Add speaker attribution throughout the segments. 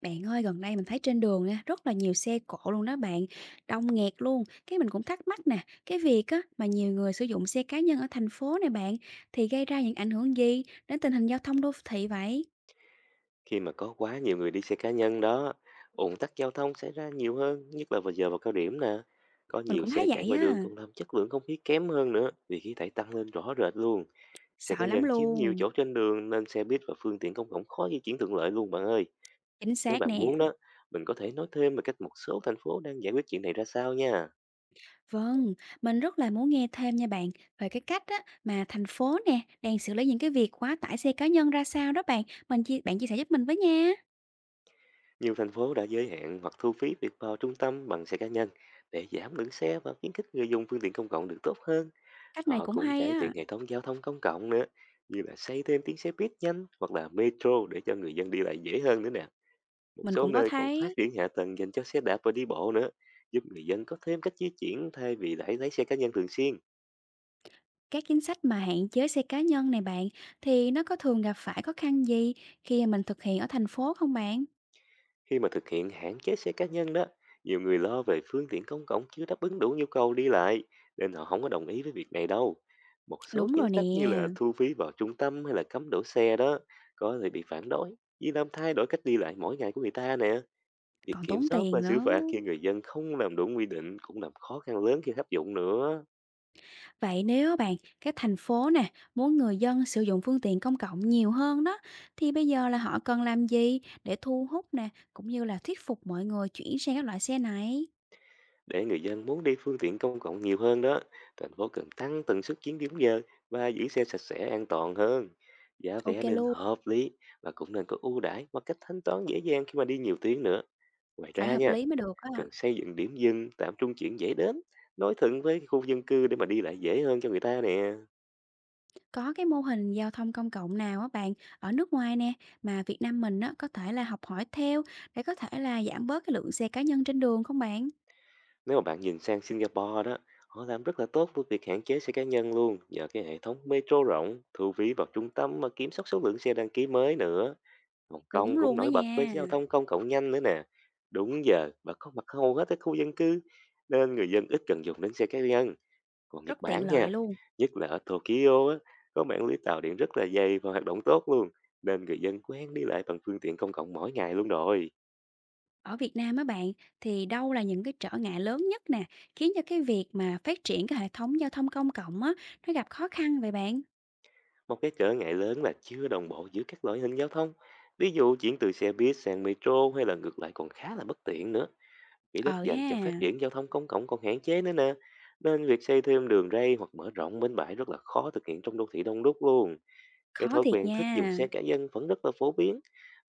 Speaker 1: Bạn ơi, gần đây mình thấy trên đường nha, rất là nhiều xe cộ luôn đó bạn, đông nghẹt luôn. Cái mình cũng thắc mắc nè, cái việc á mà nhiều người sử dụng xe cá nhân ở thành phố này bạn thì gây ra những ảnh hưởng gì đến tình hình giao thông đô thị vậy?
Speaker 2: Khi mà có quá nhiều người đi xe cá nhân đó, ùn tắc giao thông xảy ra nhiều hơn, nhất là vào giờ cao điểm nè. Có
Speaker 1: Mình
Speaker 2: nhiều
Speaker 1: cũng
Speaker 2: xe
Speaker 1: thấy
Speaker 2: chạy
Speaker 1: vậy
Speaker 2: ngoài đường
Speaker 1: á,
Speaker 2: còn làm chất lượng không khí kém hơn nữa, vì khí thải tăng lên rõ rệt luôn. Xe cá
Speaker 1: sợ lắm
Speaker 2: nhân chiếm nhiều
Speaker 1: luôn.
Speaker 2: chỗ trên đường nên xe buýt và phương tiện công cộng khó di chuyển thuận lợi luôn bạn ơi.
Speaker 1: Chính
Speaker 2: Nếu
Speaker 1: xác
Speaker 2: bạn
Speaker 1: nè.
Speaker 2: muốn đó, mình có thể nói thêm về cách một số thành phố đang giải quyết chuyện này ra sao nha.
Speaker 1: Vâng, mình rất là muốn nghe thêm nha bạn về cái cách á mà thành phố nè đang xử lý những cái việc quá tải xe cá nhân ra sao đó bạn. Mình chia bạn chia sẻ giúp mình với nha.
Speaker 2: Nhiều thành phố đã giới hạn hoặc thu phí việc vào trung tâm bằng xe cá nhân để giảm lượng xe và khuyến khích người dùng phương tiện công cộng được tốt hơn.
Speaker 1: Cách này
Speaker 2: Họ
Speaker 1: cũng
Speaker 2: cũng
Speaker 1: hay
Speaker 2: cải thiện
Speaker 1: á,
Speaker 2: hệ thống giao thông công cộng nữa, như là xây thêm tuyến xe buýt nhanh hoặc là metro để cho người dân đi lại dễ hơn nữa nè. Một
Speaker 1: mình
Speaker 2: số
Speaker 1: cũng có
Speaker 2: nơi còn phát
Speaker 1: thấy.
Speaker 2: triển hạ tầng dành cho xe đạp và đi bộ nữa, giúp người dân có thêm cách di chuyển thay vì lại lấy xe cá nhân thường xuyên.
Speaker 1: Các chính sách mà hạn chế xe cá nhân này bạn, thì nó có thường gặp phải khó khăn gì khi mà mình thực hiện ở thành phố không bạn?
Speaker 2: Khi mà thực hiện hạn chế xe cá nhân đó, nhiều người lo về phương tiện công cộng chưa đáp ứng đủ nhu cầu đi lại, nên họ không có đồng ý với việc này đâu. Một số
Speaker 1: Đúng
Speaker 2: chính
Speaker 1: rồi
Speaker 2: sách như
Speaker 1: nè,
Speaker 2: là thu phí vào trung tâm hay là cấm đổ xe đó có thể bị phản đối vì làm thay đổi cách đi lại mỗi ngày của người ta nè. Việc
Speaker 1: còn
Speaker 2: kiểm
Speaker 1: tốn
Speaker 2: soát và
Speaker 1: tiền
Speaker 2: xử
Speaker 1: nữa.
Speaker 2: phạt khi người dân không làm đúng quy định cũng làm khó khăn lớn khi áp dụng nữa.
Speaker 1: Vậy nếu bạn, các thành phố nè, muốn người dân sử dụng phương tiện công cộng nhiều hơn đó, thì bây giờ là họ cần làm gì để thu hút nè, cũng như là thuyết phục mọi người chuyển sang các loại xe này?
Speaker 2: Để người dân muốn đi phương tiện công cộng nhiều hơn đó, thành phố cần tăng tần suất chuyến điểm giờ và giữ xe sạch sẽ an toàn hơn. Giá vé
Speaker 1: Ok
Speaker 2: nên
Speaker 1: luôn,
Speaker 2: hợp lý và cũng nên có ưu đãi và cách thanh toán dễ dàng khi mà đi nhiều tuyến nữa. Ngoài
Speaker 1: phải
Speaker 2: ra
Speaker 1: hợp
Speaker 2: nha,
Speaker 1: lý mới được á.
Speaker 2: cần xây dựng điểm dừng, tạm trung chuyển dễ đến, nối thuận với khu dân cư để mà đi lại dễ hơn cho người ta nè.
Speaker 1: Có cái mô hình giao thông công cộng nào á bạn ở nước ngoài nè mà Việt Nam mình á có thể là học hỏi theo để có thể là giảm bớt cái lượng xe cá nhân trên đường không bạn?
Speaker 2: Nếu mà bạn nhìn sang Singapore đó, họ làm rất là tốt với việc hạn chế xe cá nhân luôn, nhờ cái hệ thống metro rộng, thu phí vào trung tâm mà kiểm soát số lượng xe đăng ký mới nữa. Hồng Kông
Speaker 1: Đúng
Speaker 2: cũng
Speaker 1: luôn á
Speaker 2: nổi bật với
Speaker 1: nha,
Speaker 2: giao thông công cộng nhanh nữa nè. Đúng giờ và có mặt hầu hết ở khu dân cư, nên người dân ít cần dùng đến xe cá nhân. Còn Nhật
Speaker 1: rất tiện
Speaker 2: Bản nha,
Speaker 1: lợi luôn.
Speaker 2: nhất là ở Tokyo á, có mạng lưới tàu điện rất là dày và hoạt động tốt luôn, nên người dân quen đi lại bằng phương tiện công cộng mỗi ngày luôn rồi.
Speaker 1: Ở Việt Nam á bạn thì đâu là những cái trở ngại lớn nhất nè khiến cho cái việc mà phát triển cái hệ thống giao thông công cộng á nó gặp khó khăn vậy bạn?
Speaker 2: Một cái trở ngại lớn là chưa đồng bộ giữa các loại hình giao thông. Ví dụ chuyển từ xe buýt sang metro hay là ngược lại còn khá là bất tiện nữa. Quỹ đất
Speaker 1: Ờ
Speaker 2: dành
Speaker 1: ha,
Speaker 2: cho phát triển giao thông công cộng còn hạn chế nữa nè. Nên việc xây thêm đường ray hoặc mở rộng bến bãi rất là khó thực hiện trong đô thị đông đúc luôn. Cái
Speaker 1: khó
Speaker 2: thói
Speaker 1: thiệt
Speaker 2: quen thích dùng
Speaker 1: nha.
Speaker 2: xe cá nhân vẫn rất là phổ biến.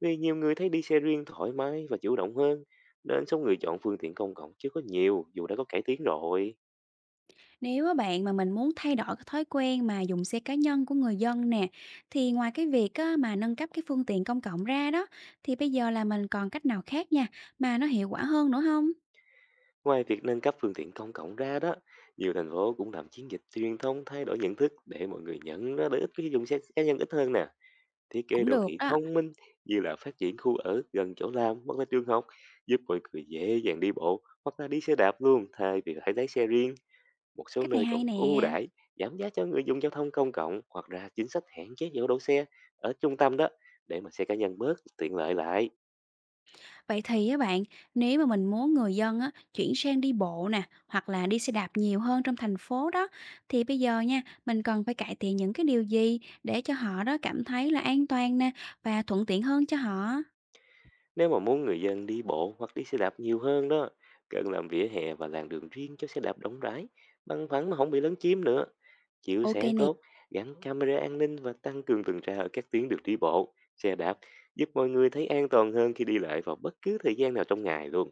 Speaker 2: Vì nhiều người thấy đi xe riêng thoải mái và chủ động hơn. Nên số người chọn phương tiện công cộng chưa có nhiều dù đã có cải tiến rồi.
Speaker 1: Nếu á bạn mà mình muốn thay đổi cái thói quen mà dùng xe cá nhân của người dân nè, thì ngoài cái việc á, mà nâng cấp cái phương tiện công cộng ra đó, thì bây giờ là mình còn cách nào khác nha, mà nó hiệu quả hơn nữa không?
Speaker 2: Ngoài việc nâng cấp phương tiện công cộng ra đó, nhiều thành phố cũng làm chiến dịch truyền thông thay đổi nhận thức để mọi người nhận ra lợi ích của dùng xe cá nhân ít hơn nè. Thiết kế
Speaker 1: Cũng
Speaker 2: đô
Speaker 1: được
Speaker 2: thị
Speaker 1: đó,
Speaker 2: thông minh như là phát triển khu ở gần chỗ làm hoặc là trường học giúp mọi người dễ dàng đi bộ hoặc là đi xe đạp luôn thay vì phải lái xe riêng. Một số
Speaker 1: cách này
Speaker 2: nơi còn
Speaker 1: hay
Speaker 2: ưu
Speaker 1: nè.
Speaker 2: đãi giảm giá cho người dùng giao thông công cộng hoặc ra chính sách hạn chế chỗ đỗ xe ở trung tâm đó để mà xe cá nhân bớt tiện lợi lại.
Speaker 1: Vậy thì á bạn, nếu mà mình muốn người dân á, chuyển sang đi bộ nè, hoặc là đi xe đạp nhiều hơn trong thành phố đó, thì bây giờ nha, mình cần phải cải thiện những cái điều gì để cho họ đó cảm thấy là an toàn nè, và thuận tiện hơn cho họ.
Speaker 2: Nếu mà muốn người dân đi bộ hoặc đi xe đạp nhiều hơn đó, cần làm vỉa hè và làn đường riêng cho xe đạp rộng rãi, bằng phẳng mà không bị lấn chiếm nữa, chiếu
Speaker 1: Ok
Speaker 2: sáng
Speaker 1: nè,
Speaker 2: tốt, gắn camera an ninh và tăng cường tuần tra ở các tuyến đường đi bộ, xe đạp, giúp mọi người thấy an toàn hơn khi đi lại vào bất cứ thời gian nào trong ngày luôn.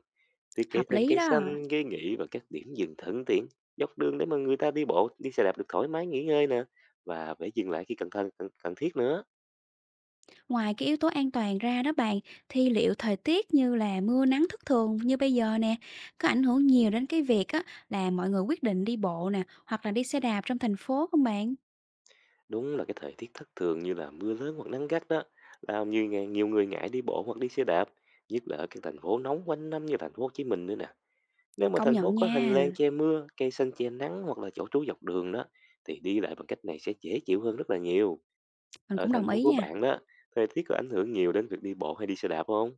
Speaker 2: Thiết kế
Speaker 1: hợp
Speaker 2: thêm
Speaker 1: lý
Speaker 2: cây
Speaker 1: đó.
Speaker 2: xanh, ghế nghỉ và các điểm dừng thân tiện dọc đường để mà người ta đi bộ, đi xe đạp được thoải mái nghỉ ngơi nè và phải dừng lại khi cần thân cần cần thiết nữa.
Speaker 1: Ngoài cái yếu tố an toàn ra đó bạn, thì liệu thời tiết như là mưa nắng thất thường như bây giờ nè, có ảnh hưởng nhiều đến cái việc á là mọi người quyết định đi bộ nè, hoặc là đi xe đạp trong thành phố không bạn?
Speaker 2: Đúng là cái thời tiết thất thường như là mưa lớn hoặc nắng gắt đó, làm nhiều người ngại đi bộ hoặc đi xe đạp, nhất là ở các thành phố nóng quanh năm như thành phố Hồ Chí Minh nữa nè. Nếu mà
Speaker 1: Công
Speaker 2: thành phố
Speaker 1: nhận
Speaker 2: có hành
Speaker 1: nha,
Speaker 2: lang che mưa, cây xanh che nắng hoặc là chỗ trú dọc đường đó, thì đi lại bằng cách này sẽ dễ chịu hơn rất là nhiều.
Speaker 1: mình
Speaker 2: Ở
Speaker 1: cũng
Speaker 2: thành
Speaker 1: đồng
Speaker 2: phố
Speaker 1: ý
Speaker 2: của
Speaker 1: nha.
Speaker 2: bạn đó, thời tiết có ảnh hưởng nhiều đến việc đi bộ hay đi xe đạp không?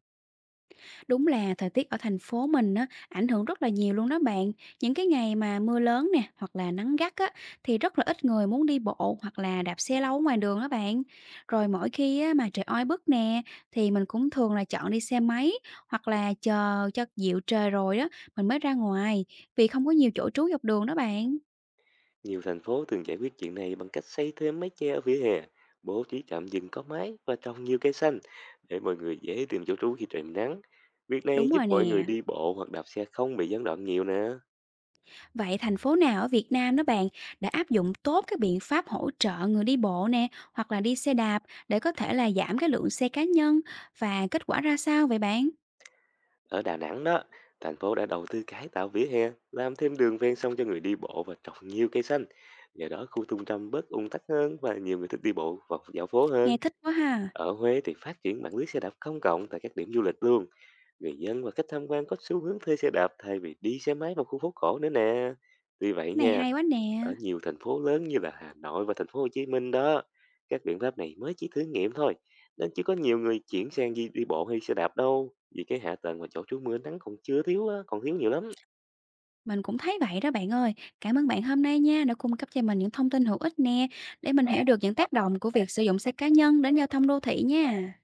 Speaker 1: Đúng là thời tiết ở thành phố mình á, ảnh hưởng rất là nhiều luôn đó bạn. Những cái ngày mà mưa lớn nè, hoặc là nắng gắt á, thì rất là ít người muốn đi bộ hoặc là đạp xe lâu ở ngoài đường đó bạn. Rồi mỗi khi á, mà trời oi bức nè, thì mình cũng thường là chọn đi xe máy hoặc là chờ cho dịu trời rồi đó, mình mới ra ngoài vì không có nhiều chỗ trú dọc đường đó bạn.
Speaker 2: Nhiều thành phố thường giải quyết chuyện này bằng cách xây thêm mái che ở vỉa hè, bố trí trạm dừng có mái và trồng nhiều cây xanh để mọi người dễ tìm chỗ trú khi trời nắng. Việc này
Speaker 1: Đúng
Speaker 2: giúp
Speaker 1: rồi
Speaker 2: mọi người
Speaker 1: nè.
Speaker 2: đi bộ hoặc đạp xe không bị gián đoạn nhiều nữa.
Speaker 1: Vậy thành phố nào ở Việt Nam đó bạn đã áp dụng tốt các biện pháp hỗ trợ người đi bộ nè, hoặc là đi xe đạp để có thể là giảm cái lượng xe cá nhân và kết quả ra sao vậy bạn?
Speaker 2: Ở Đà Nẵng đó, thành phố đã đầu tư cải tạo vỉa hè, làm thêm đường ven sông cho người đi bộ và trồng nhiều cây xanh. Nhờ đó khu trung tâm bớt ùn tắc hơn và nhiều người thích đi bộ và dạo phố hơn.
Speaker 1: Nghe thích quá ha.
Speaker 2: Ở Huế thì phát triển mạng lưới xe đạp công cộng tại các điểm du lịch luôn. Người dân và khách tham quan có xu hướng thuê xe đạp thay vì đi xe máy vào khu phố cổ nữa nè. Tuy vậy
Speaker 1: Cái này
Speaker 2: nha,
Speaker 1: hay quá nè.
Speaker 2: ở nhiều thành phố lớn như là Hà Nội và thành phố Hồ Chí Minh đó, các biện pháp này mới chỉ thử nghiệm thôi, nên chưa có nhiều người chuyển sang đi bộ hay xe đạp đâu, vì cái hạ tầng và chỗ trú mưa nắng còn chưa thiếu á, còn thiếu nhiều lắm.
Speaker 1: Mình cũng thấy vậy đó bạn ơi. Cảm ơn bạn hôm nay nha đã cung cấp cho mình những thông tin hữu ích nè để mình hiểu được những tác động của việc sử dụng xe cá nhân đến giao thông đô thị nha.